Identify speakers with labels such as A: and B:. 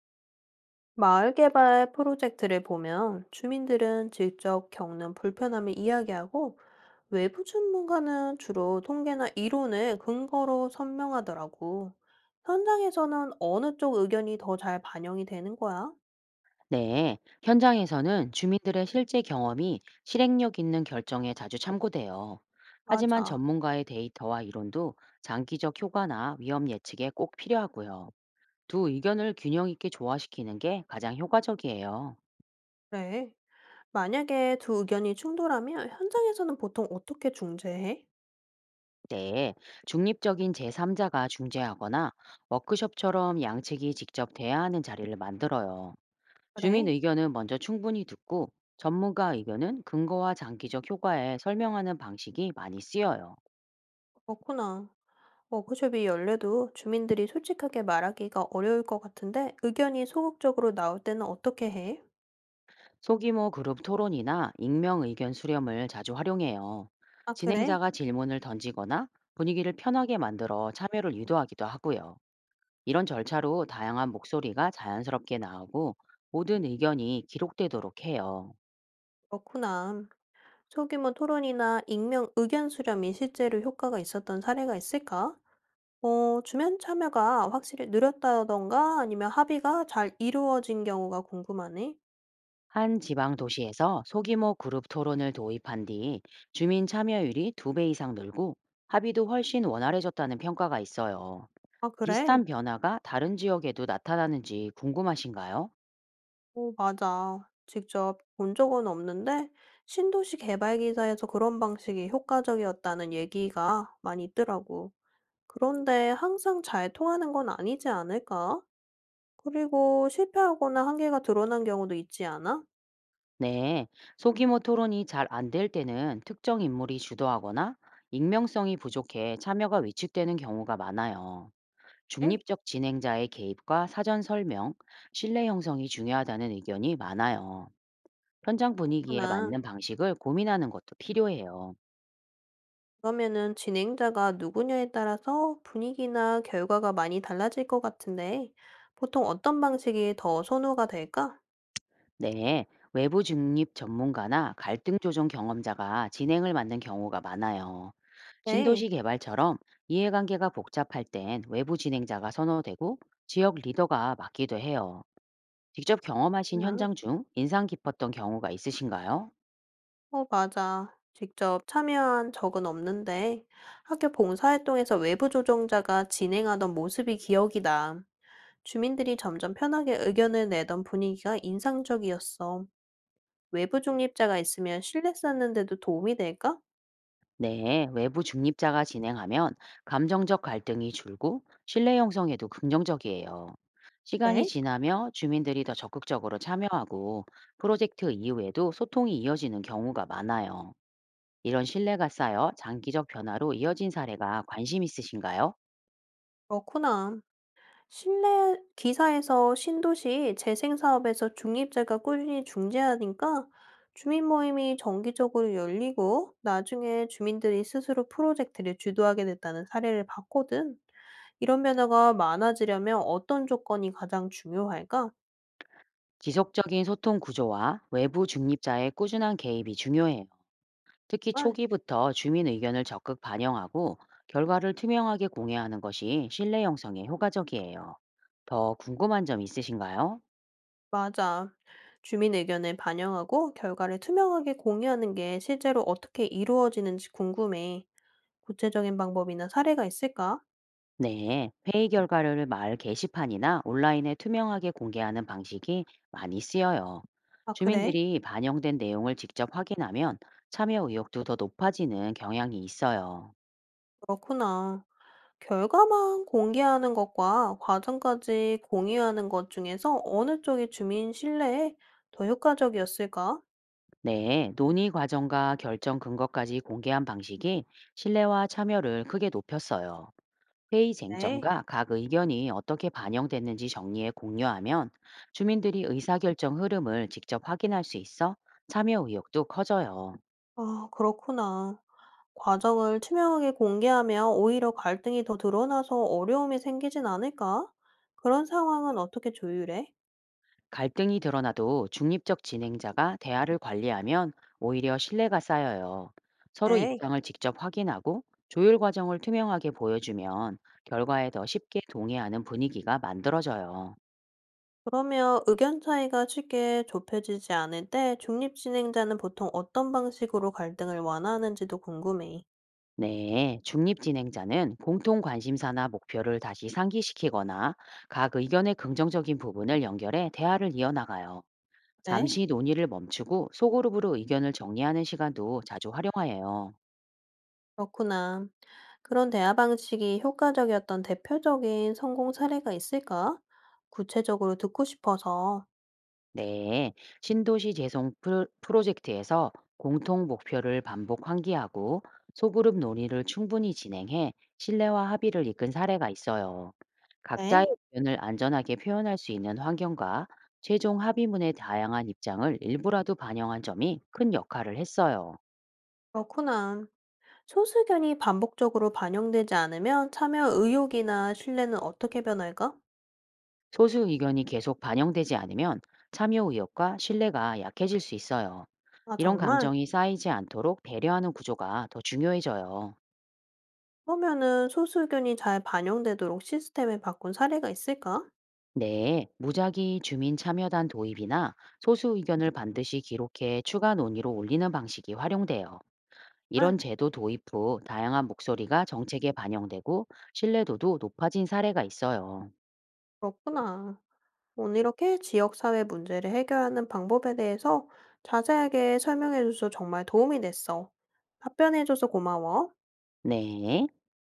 A: 마을 개발 프로젝트를 보면 주민들은 직접 겪는 불편함을 이야기하고 외부 전문가는 주로 통계나 이론을 근거로 설명하더라고. 현장에서는 어느 쪽 의견이 더 잘 반영이 되는 거야?
B: 네, 현장에서는 주민들의 실제 경험이 실행력 있는 결정에 자주 참고돼요. 하지만
A: 맞아.
B: 전문가의 데이터와 이론도 장기적 효과나 위험 예측에 꼭 필요하고요. 두 의견을 균형 있게 조화시키는 게 가장 효과적이에요.
A: 그래. 만약에 두 의견이 충돌하면 현장에서는 보통 어떻게 중재해?
B: 네, 중립적인 제3자가 중재하거나 워크숍처럼 양측이 직접 대화하는 자리를 만들어요. 주민
A: 그래.
B: 의견은 먼저 충분히 듣고 전문가 의견은 근거와 장기적 효과에 설명하는 방식이 많이 쓰여요.
A: 그렇구나. 워크숍이 열려도 주민들이 솔직하게 말하기가 어려울 것 같은데 의견이 소극적으로 나올 때는 어떻게 해?
B: 소규모 그룹 토론이나 익명 의견 수렴을 자주 활용해요.
A: 아 그래?
B: 진행자가 질문을 던지거나 분위기를 편하게 만들어 참여를 유도하기도 하고요. 이런 절차로 다양한 목소리가 자연스럽게 나오고 모든 의견이 기록되도록 해요.
A: 그렇구나. 소규모 토론이나 익명 의견 수렴이 실제로 효과가 있었던 사례가 있을까? 주변 참여가 확실히 느렸다던가 아니면 합의가 잘 이루어진 경우가 궁금하네.
B: 한 지방 도시에서 소규모 그룹 토론을 도입한 뒤 주민 참여율이 두 배 이상 늘고 합의도 훨씬 원활해졌다는 평가가 있어요.
A: 아, 그래?
B: 비슷한 변화가 다른 지역에도 나타나는지 궁금하신가요?
A: 맞아. 직접 본 적은 없는데 신도시 개발 기사에서 그런 방식이 효과적이었다는 얘기가 많이 있더라고. 그런데 항상 잘 통하는 건 아니지 않을까? 그리고 실패하거나 한계가 드러난 경우도 있지 않아?
B: 네, 소규모 토론이 잘 안 될 때는 특정 인물이 주도하거나 익명성이 부족해 참여가 위축되는 경우가 많아요.
A: 네.
B: 중립적 진행자의 개입과 사전 설명, 신뢰 형성이 중요하다는 의견이 많아요. 현장 분위기에
A: 그렇구나.
B: 맞는 방식을 고민하는 것도 필요해요.
A: 그러면은 진행자가 누구냐에 따라서 분위기나 결과가 많이 달라질 것 같은데, 보통 어떤 방식이 더 선호가 될까?
B: 네, 외부 중립 전문가나 갈등 조정 경험자가 진행을 맡는 경우가 많아요.
A: 네,
B: 신도시 개발처럼 이해관계가 복잡할 땐 외부 진행자가 선호되고 지역 리더가 맡기도 해요. 직접 경험하신
A: 그
B: 현장 중 인상 깊었던 경우가 있으신가요?
A: 맞아. 직접 참여한 적은 없는데, 학교 봉사활동에서 외부 조정자가 진행하던 모습이 기억이 나. 주민들이 점점 편하게 의견을 내던 분위기가 인상적이었어. 외부 중립자가 있으면 신뢰 쌓는 데도 도움이 될까?
B: 네, 외부 중립자가 진행하면 감정적 갈등이 줄고 신뢰 형성에도 긍정적이에요. 시간이
A: 네,
B: 지나며 주민들이 더 적극적으로 참여하고 프로젝트 이후에도 소통이 이어지는 경우가 많아요. 이런 신뢰가 쌓여 장기적 변화로 이어진 사례가 관심 있으신가요?
A: 그렇구나. 실내 기사에서 신도시 재생 사업에서 중립제가 꾸준히 중재하니까 주민 모임이 정기적으로 열리고 나중에 주민들이 스스로 프로젝트를 주도하게 됐다는 사례를 봤거든. 이런 변화가 많아지려면 어떤 조건이 가장 중요할까?
B: 지속적인 소통 구조와 외부 중립자의 꾸준한 개입이 중요해요. 특히
A: 아,
B: 초기부터 주민 의견을 적극 반영하고 결과를 투명하게 공개하는 것이 신뢰 형성에 효과적이에요. 더 궁금한 점 있으신가요?
A: 맞아. 주민 의견을 반영하고 결과를 투명하게 공유하는 게 실제로 어떻게 이루어지는지 궁금해. 구체적인 방법이나 사례가 있을까?
B: 네, 회의 결과를 마을 게시판이나 온라인에 투명하게 공개하는 방식이 많이 쓰여요.
A: 아, 그래?
B: 주민들이 반영된 내용을 직접 확인하면 참여 의욕도 더 높아지는 경향이 있어요.
A: 그렇구나. 결과만 공개하는 것과 과정까지 공유하는 것 중에서 어느 쪽이 주민 신뢰에 더 효과적이었을까?
B: 네, 논의 과정과 결정 근거까지 공개한 방식이 신뢰와 참여를 크게 높였어요. 회의
A: 네.
B: 쟁점과 각 의견이 어떻게 반영됐는지 정리해 공유하면 주민들이 의사결정 흐름을 직접 확인할 수 있어 참여 의욕도 커져요.
A: 아, 그렇구나. 과정을 투명하게 공개하면 오히려 갈등이 더 드러나서 어려움이 생기진 않을까? 그런 상황은 어떻게 조율해?
B: 갈등이 드러나도 중립적 진행자가 대화를 관리하면 오히려 신뢰가 쌓여요. 서로
A: 네.
B: 입장을 직접 확인하고 조율 과정을 투명하게 보여주면 결과에 더 쉽게 동의하는 분위기가 만들어져요.
A: 그러면 의견 차이가 쉽게 좁혀지지 않을 때 중립 진행자는 보통 어떤 방식으로 갈등을 완화하는지도 궁금해.
B: 네, 중립진행자는 공통 관심사나 목표를 다시 상기시키거나 각 의견의 긍정적인 부분을 연결해 대화를 이어나가요.
A: 네.
B: 잠시 논의를 멈추고 소그룹으로 의견을 정리하는 시간도 자주 활용하여요.
A: 그렇구나. 그런 대화 방식이 효과적이었던 대표적인 성공 사례가 있을까? 구체적으로 듣고 싶어서.
B: 네, 신도시 재생 프로젝트에서 공통 목표를 반복 환기하고 소그룹 논의를 충분히 진행해 신뢰와 합의를 이끈 사례가 있어요. 각자의
A: 네.
B: 의견을 안전하게 표현할 수 있는 환경과 최종 합의문의 다양한 입장을 일부라도 반영한 점이 큰 역할을 했어요.
A: 그렇구나. 소수견이 반복적으로 반영되지 않으면 참여 의욕이나 신뢰는 어떻게 변할까?
B: 소수 의견이 계속 반영되지 않으면 참여 의욕과 신뢰가 약해질 수 있어요.
A: 아,
B: 이런
A: 정말?
B: 감정이 쌓이지 않도록 배려하는 구조가 더 중요해져요.
A: 그러면은 소수견이 잘 반영되도록 시스템을 바꾼 사례가 있을까?
B: 네, 무작위 주민 참여단 도입이나 소수 의견을 반드시 기록해 추가 논의로 올리는 방식이 활용돼요.
A: 아,
B: 이런 제도 도입 후 다양한 목소리가 정책에 반영되고 신뢰도도 높아진 사례가 있어요.
A: 그렇구나. 오늘 이렇게 지역사회 문제를 해결하는 방법에 대해서 자세하게 설명해줘서 정말 도움이 됐어. 답변해줘서 고마워.
B: 네.